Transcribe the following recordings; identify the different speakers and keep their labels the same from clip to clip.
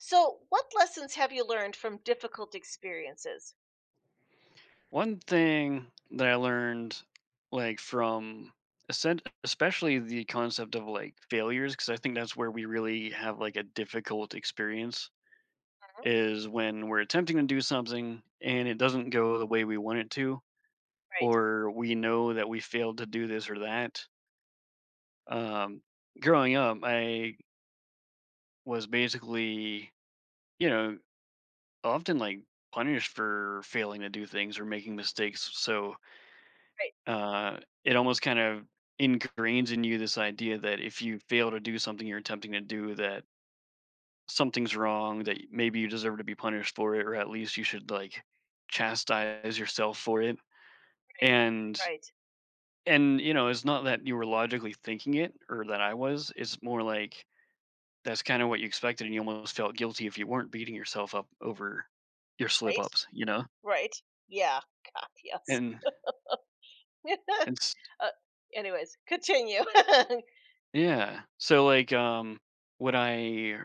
Speaker 1: So, what lessons have you learned from difficult experiences?
Speaker 2: One thing that I learned, like from especially the concept of like failures, because I think that's where we really have like a difficult experience,
Speaker 1: Mhm.
Speaker 2: is when we're attempting to do something and it doesn't go the way we want it to,
Speaker 1: Right,
Speaker 2: or we know that we failed to do this or that. Um, Growing up, I was basically, you know, often like punished for failing to do things or making mistakes. So
Speaker 1: right,
Speaker 2: uh, it almost kind of ingrains in you this idea that if you fail to do something you're attempting to do, that something's wrong, that maybe you deserve to be punished for it, or at least you should like chastise yourself for it.
Speaker 1: right,
Speaker 2: And
Speaker 1: right,
Speaker 2: and you know, it's not that you were logically thinking it or that I was. It's more like that's kind of what you expected, and you almost felt guilty if you weren't beating yourself up over your slip
Speaker 1: right,
Speaker 2: ups, you know?
Speaker 1: right. Yeah, God, yes.
Speaker 2: And and s-
Speaker 1: uh, anyways, continue.
Speaker 2: yeah. So like would I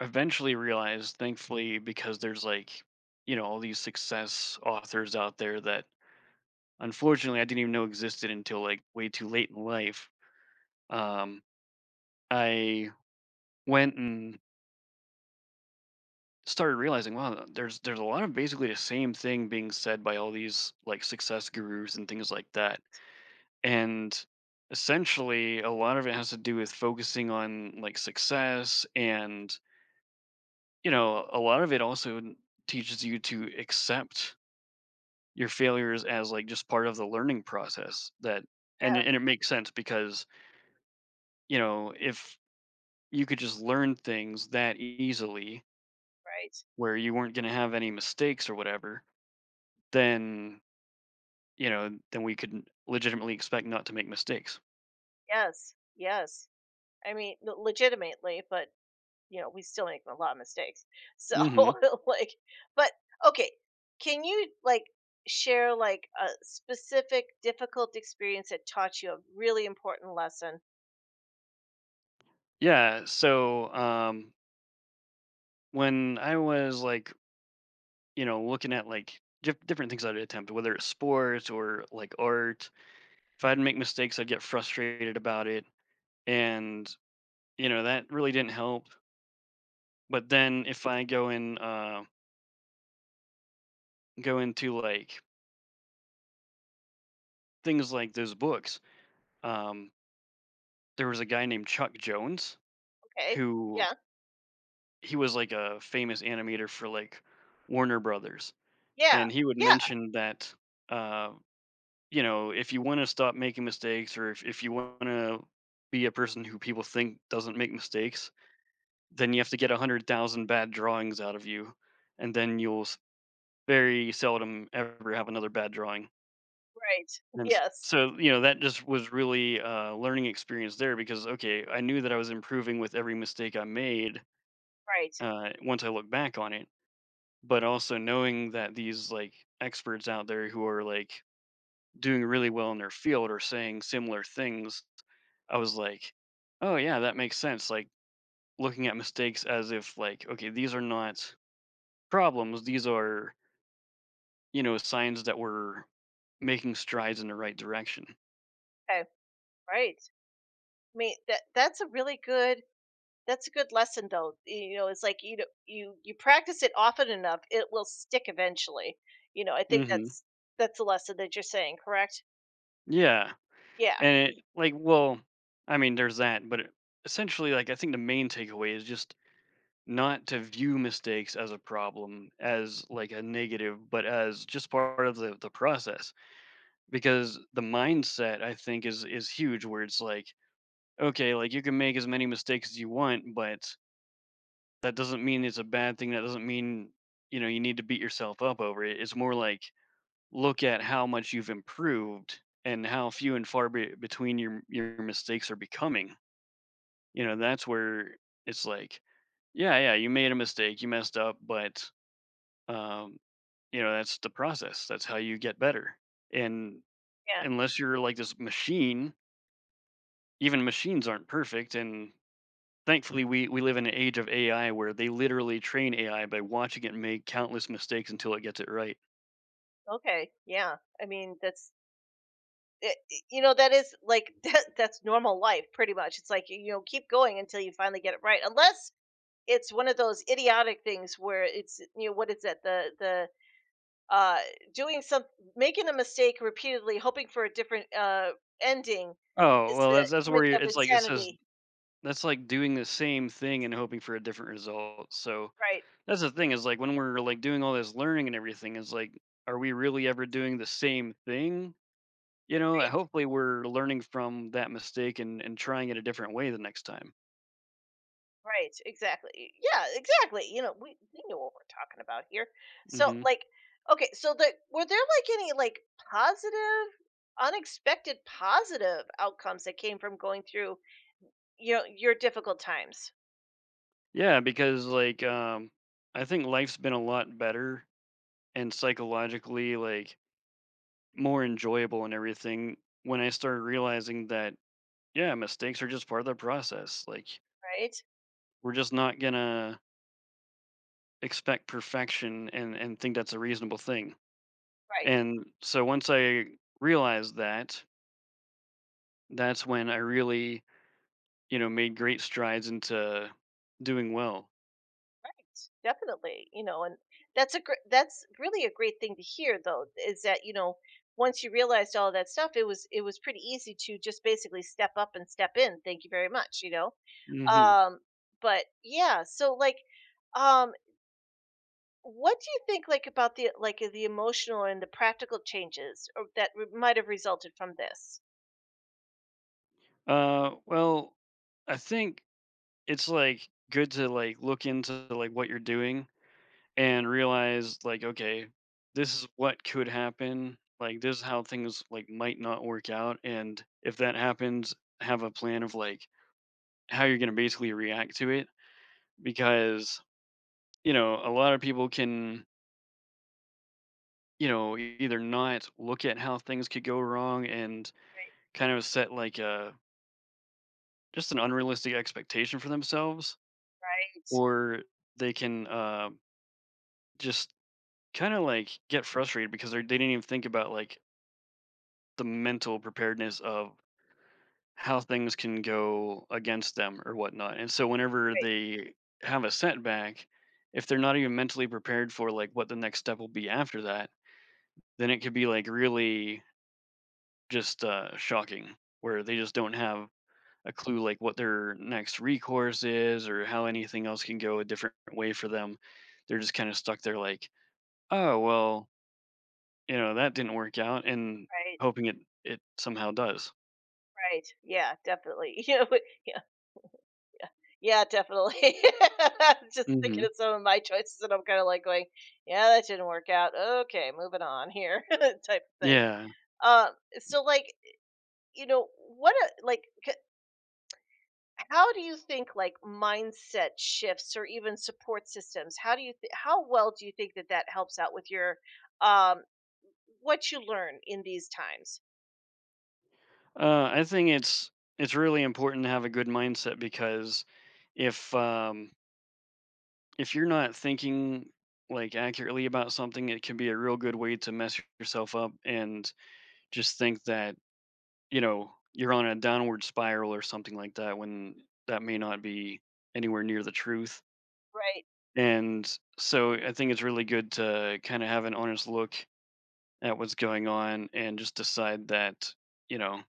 Speaker 2: eventually realized, thankfully, because there's like, you know, all these success authors out there that unfortunately I didn't even know existed until like way too late in life. Um, I went and started realizing, wow, there's a lot of basically the same thing being said by all these like success gurus and things like that. And essentially a lot of it has to do with focusing on like success, and you know, a lot of it also teaches you to accept your failures as like just part of the learning process.
Speaker 1: Yeah,
Speaker 2: And it makes sense because you know if you could just learn things that easily
Speaker 1: right.
Speaker 2: where you weren't going to have any mistakes or whatever, then you know then we could legitimately expect not to make mistakes.
Speaker 1: Yes, yes. I mean, legitimately, but you know, we still make a lot of mistakes. So,
Speaker 2: Mhm.
Speaker 1: like, but okay, can you like share like a specific difficult experience that taught you a really important lesson?
Speaker 2: Yeah. So when I was like, you know, looking at like different things I'd attempt, whether it's sports or like art, if I'd make mistakes, I'd get frustrated about it. And you know, that really didn't help, but then if I go in, go into, like, things like those books, um, there was a guy named Chuck Jones
Speaker 1: Okay.
Speaker 2: who,
Speaker 1: Yeah.
Speaker 2: he was, like, a famous animator for, like, Warner Brothers,
Speaker 1: Yeah.
Speaker 2: and he would
Speaker 1: Yeah.
Speaker 2: mention that, uh, you know, if you wanna stop making mistakes, or if you wanna be a person who people think doesn't make mistakes, then you have to get 100,000 bad drawings out of you, and then you'll s very seldom ever have another bad drawing.
Speaker 1: Right.
Speaker 2: And s-
Speaker 1: Yes.
Speaker 2: so, you know, that just was really a learning experience there because, okay, I knew that I was improving with every mistake I made,
Speaker 1: Right.
Speaker 2: once I look back on it, but also knowing that these like experts out there who are like doing really well in their field are saying similar things. I was like, oh, yeah, that makes sense. Like looking at mistakes as if, like, okay, these are not problems, these are, you know, signs that we're making strides in the right direction.
Speaker 1: Okay. Right. I mean, that's a really good that's a good lesson though. You know, it's like you know, you practice it often enough, it will stick eventually. You know, I think
Speaker 2: hmm
Speaker 1: that's a lesson that you're saying, correct?
Speaker 2: Yeah.
Speaker 1: Yeah.
Speaker 2: And it like, well, I mean, there's that, but it, essentially, like, I think the main takeaway is just not to view mistakes as a problem, as like a negative, but as just part of the process. Because the mindset, I think, is huge. Where it's like, okay, like you can make as many mistakes as you want, but that doesn't mean it's a bad thing. That doesn't mean you know you need to beat yourself up over it. It's more like look at how much you've improved and how few and far between your mistakes are becoming. You know, that's where it's like, yeah, yeah, you made a mistake, you messed up, but um, you know, that's the process. That's how you get better. And
Speaker 1: Yeah.
Speaker 2: unless you're like this machine, even machines aren't perfect. And thankfully, we live in an age of AI, where they literally train AI by watching it make countless mistakes until it gets it right.
Speaker 1: Okay. Yeah. I mean, that's you know, that is like that's normal life pretty much. It's like you know, keep going until you finally get it right. Unless it's one of those idiotic things where it's you know, what is that? The uh, doing some making a mistake repeatedly, hoping for a different ending,
Speaker 2: Oh
Speaker 1: is
Speaker 2: well,
Speaker 1: the
Speaker 2: that's where
Speaker 1: image
Speaker 2: you're,
Speaker 1: of
Speaker 2: it's like it says
Speaker 1: insanity.
Speaker 2: that's like doing the same thing and hoping for a different result. So
Speaker 1: Right,
Speaker 2: that's the thing is like when we're like doing all this learning and everything is like, are we really ever doing the same thing? You know,
Speaker 1: right,
Speaker 2: hopefully we're learning from that mistake, and trying it a different way the next time.
Speaker 1: right. Exactly. Yeah, exactly. You know, we know what we're talking about here. So,
Speaker 2: hmm
Speaker 1: like, okay, so the were there like any like positive, unexpected positive outcomes that came from going through you know your difficult times?
Speaker 2: Yeah, because like I think life's been a lot better and psychologically like more enjoyable and everything when I started realizing that yeah, mistakes are just part of the process. Like
Speaker 1: Right,
Speaker 2: we're just not gonna expect perfection, and think that's a reasonable thing.
Speaker 1: right.
Speaker 2: And so once I realized that, that's when I really, you know, made great strides into doing well.
Speaker 1: Definitely, you know, and that's a gr- that's really a great thing to hear though is that, you know, once you realized all that stuff, it was pretty easy to just basically step up and step in. Thank you very much, you know.
Speaker 2: hmm
Speaker 1: Um, but yeah, so like um, what do you think like about the like the emotional and the practical changes or that might have resulted from this?
Speaker 2: Well, I think it's like good to like look into like what you're doing and realize like, okay, this is what could happen. Like this is how things like might not work out. And if that happens, have a plan of like how you're gonna basically react to it. Because, you know, a lot of people can you know, either not look at how things could go wrong and kind of set like a just an unrealistic expectation for themselves,
Speaker 1: Right,
Speaker 2: or they can just kind of like get frustrated because they didn't even think about like the mental preparedness of how things can go against them or whatnot. And so whenever
Speaker 1: right,
Speaker 2: they have a setback, if they're not even mentally prepared for like what the next step will be after that, then it could be like really just shocking, where they just don't have a clue like what their next recourse is or how anything else can go a different way for them. They're just kind of stuck there like, "Oh, well, you know, that didn't work out," and
Speaker 1: right,
Speaker 2: hoping it somehow does.
Speaker 1: right. Yeah, definitely. You know, yeah. Yeah, definitely. Just thinking
Speaker 2: Mhm.
Speaker 1: of some of my choices, and I'm kinda like going, "Yeah, that didn't work out. Okay, moving on here," type of thing.
Speaker 2: Yeah.
Speaker 1: Um, so, like, you know, what a like, c how do you think, like, mindset shifts or even support systems, how do you th how well do you think that that helps out with your, um, what you learn in these times?
Speaker 2: I think it's really important to have a good mindset because if um if you're not thinking like accurately about something, it can be a real good way to mess yourself up and just think that you know, you're on a downward spiral or something like that when that may not be anywhere near the truth.
Speaker 1: Right,
Speaker 2: And so I think it's really good to kind of have an honest look at what's going on and just decide that, you know,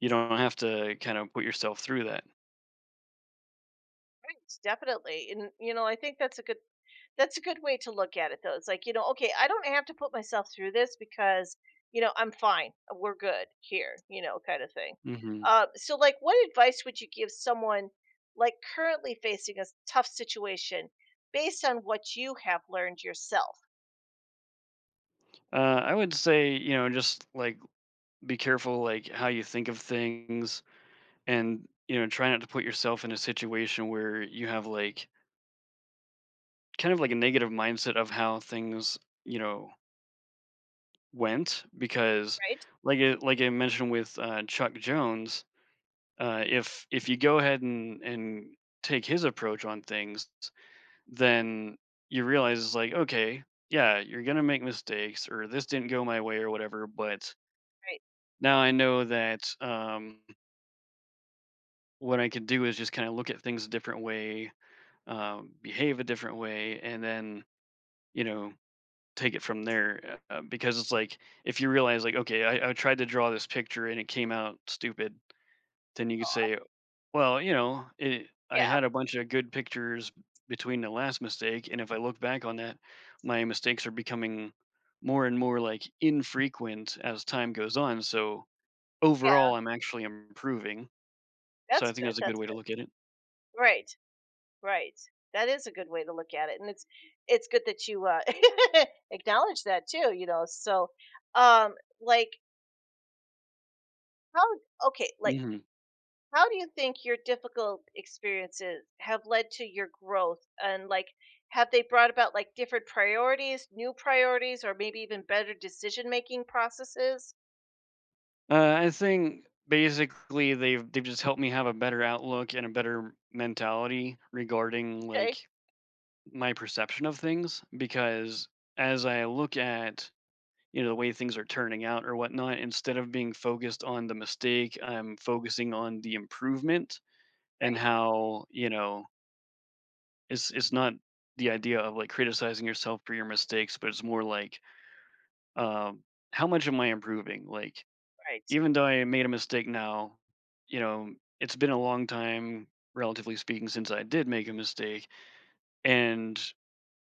Speaker 2: you don't have to kind of put yourself through that.
Speaker 1: right, definitely, and, you know, I think that's a good way to look at it though. It's like, you know, okay, I don't have to put myself through this because, you know, I'm fine. We're good here, you know, kind of thing.
Speaker 2: hmm
Speaker 1: So like what advice would you give someone like currently facing a tough situation based on what you have learned yourself,
Speaker 2: I would say, you know, just like be careful, like how you think of things, and you know, try not to put yourself in a situation where you have like kind of like a negative mindset of how things, you know, went. Because
Speaker 1: right?
Speaker 2: like it like I mentioned with Chuck Jones, if you go ahead and take his approach on things, then you realize it's like okay, yeah, you're gonna make mistakes, or this didn't go my way or whatever, but
Speaker 1: Right.
Speaker 2: now I know that what I can do is just kind of look at things a different way, behave a different way, and then you know take it from there, because it's like if you realize like, okay, I tried to draw this picture and it came out stupid, then you could
Speaker 1: Oh,
Speaker 2: say, well, you know, I
Speaker 1: yeah,
Speaker 2: had a bunch of good pictures between the last mistake, and if I look back on that, my mistakes are becoming more and more like infrequent as time goes on. So
Speaker 1: yeah.
Speaker 2: overall, I'm actually improving. So
Speaker 1: That's
Speaker 2: I think
Speaker 1: good.
Speaker 2: that's a good
Speaker 1: That's
Speaker 2: way to
Speaker 1: good.
Speaker 2: look at it.
Speaker 1: Right. Right. That is a good way to look at it. And it's good that you acknowledge that too, you know. So um, like how okay like
Speaker 2: Mhm.
Speaker 1: how do you think your difficult experiences have led to your growth? And like, have they brought about like different priorities, new priorities, or maybe even better decision making processes?
Speaker 2: I think basically they've just helped me have a better outlook and a better mentality regarding
Speaker 1: Okay,
Speaker 2: like my perception of things. Because as I look at you know the way things are turning out or whatnot, instead of being focused on the mistake, I'm focusing on the improvement and
Speaker 1: right,
Speaker 2: how you know it's not the idea of like criticizing yourself for your mistakes, but it's more like um, how much am I improving? Like
Speaker 1: right,
Speaker 2: even though I made a mistake now, you know, it's been a long time, relatively speaking, since I did make a mistake. And,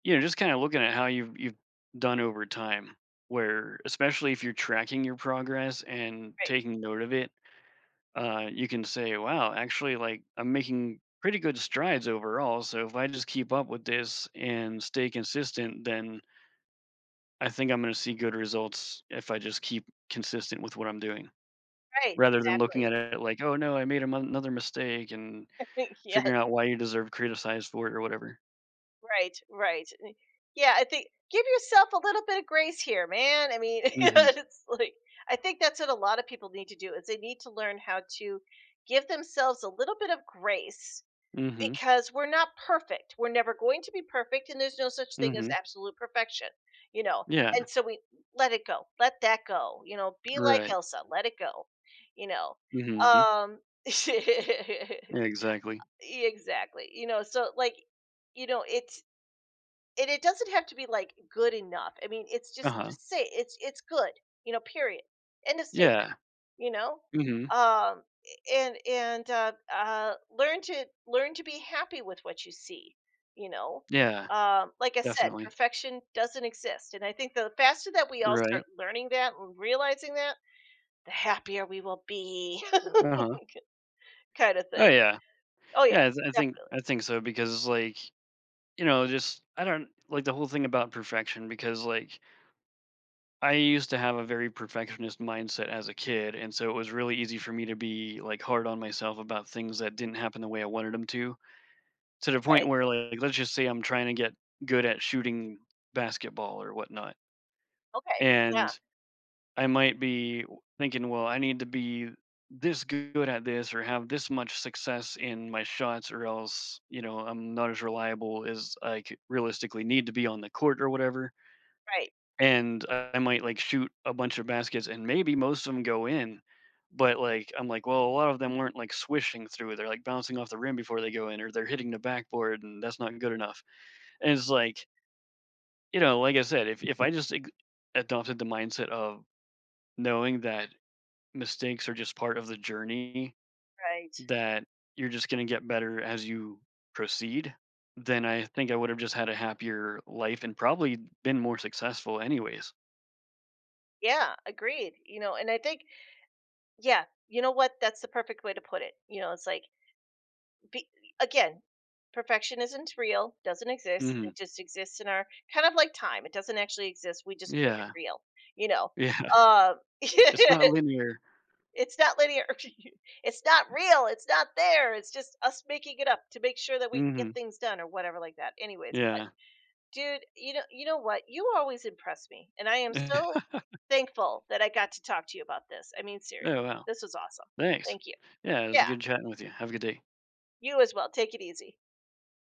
Speaker 2: you know, just kind of looking at how you've done over time, where especially if you're tracking your progress and
Speaker 1: right,
Speaker 2: taking note of it, you can say, wow, actually like I'm making pretty good strides overall. So if I just keep up with this and stay consistent, then I think I'm gonna see good results if I just keep consistent with what I'm doing.
Speaker 1: right,
Speaker 2: Rather than looking
Speaker 1: exactly.
Speaker 2: at it like, "Oh no, I made amo another mistake," and
Speaker 1: Yeah,
Speaker 2: figuring out why you deserve criticized for it or whatever.
Speaker 1: right, right. Eh, yeah, I think give yourself a little bit of grace here, man. I mean,
Speaker 2: Mhm.
Speaker 1: it's like, I think that's what a lot of people need to do is they need to learn how to give themselves a little bit of grace
Speaker 2: Mhm.
Speaker 1: because we're not perfect. We're never going to be perfect, and there's no such thing as
Speaker 2: Mhm.
Speaker 1: absolute perfection, you know.
Speaker 2: Yeah.
Speaker 1: And so we let it go, let that go, you know. Be like
Speaker 2: Right.
Speaker 1: Elsa, let it go, you know.
Speaker 2: Mhm.
Speaker 1: Um,
Speaker 2: Yeah, exactly.
Speaker 1: exactly, you know. So like, you know, it's and it doesn't have to be like good enough. I mean, it's
Speaker 2: Uh-huh.
Speaker 1: just say it's good, you know. Period. End of statement,
Speaker 2: Yeah.
Speaker 1: you know.
Speaker 2: Mhm.
Speaker 1: Um, and learn to learn to be happy with what you see, you know.
Speaker 2: Yeah.
Speaker 1: Um, like I said,
Speaker 2: Definitely.
Speaker 1: perfection doesn't exist, and I think the faster that we all start
Speaker 2: Right.
Speaker 1: learning that and realizing that, the happier we will be.
Speaker 2: Uh-huh.
Speaker 1: Kind of
Speaker 2: Oh,
Speaker 1: thing.
Speaker 2: yeah.
Speaker 1: Oh yeah,
Speaker 2: Yeah,
Speaker 1: definitely.
Speaker 2: I think so because, like, you know, just I don't like the whole thing about perfection because, like, I used to have a very perfectionist mindset as a kid, and so it was really easy for me to be like hard on myself about things that didn't happen the way I wanted them to. To the point
Speaker 1: Right.
Speaker 2: where, like, let's just say I'm trying to get good at shooting basketball or whatnot,
Speaker 1: Okay, yeah,
Speaker 2: and I might be thinking, well, I need to be this good at this or have this much success in my shots, or else, you know, I'm not as reliable as I realistically need to be on the court or whatever,
Speaker 1: right,
Speaker 2: and I might like shoot a bunch of baskets and maybe most of them go in, but like I'm like, well, a lot of them weren't like swishing through. They're like bouncing off the rim before they go in, or they're hitting the backboard, and that's not good enough. And it's like, you know, like I said, if I just adopted the mindset of knowing that mistakes are just part of the journey,
Speaker 1: right.
Speaker 2: that you're just gonna get better as you proceed, then I think I would have just had a happier life and probably been more successful anyways.
Speaker 1: Yeah, agreed, you know, and I think, yeah, you know what, that's the perfect way to put it, you know, it's like be again, perfection isn't real, doesn't exist,
Speaker 2: hmm
Speaker 1: it just exists in our kind of like time, it doesn't actually exist, we just made it
Speaker 2: Yeah.
Speaker 1: real, you know?
Speaker 2: Yeah. It's not
Speaker 1: It's
Speaker 2: linear.
Speaker 1: not linear, it's not real, it's not there, it's just us making it up to make sure that we get
Speaker 2: Mhm.
Speaker 1: things done or whatever like that. Anyways, but
Speaker 2: Yeah.
Speaker 1: dude, you know, you know what? You always impress me, and I am so thankful that I got to talk to you about this. I mean,
Speaker 2: Oh,
Speaker 1: seriously,
Speaker 2: wow.
Speaker 1: this was awesome.
Speaker 2: Thanks.
Speaker 1: Thank you.
Speaker 2: Yeah, it
Speaker 1: Yeah,
Speaker 2: was a good chatting with you. Have a good day.
Speaker 1: you as well. Take it easy.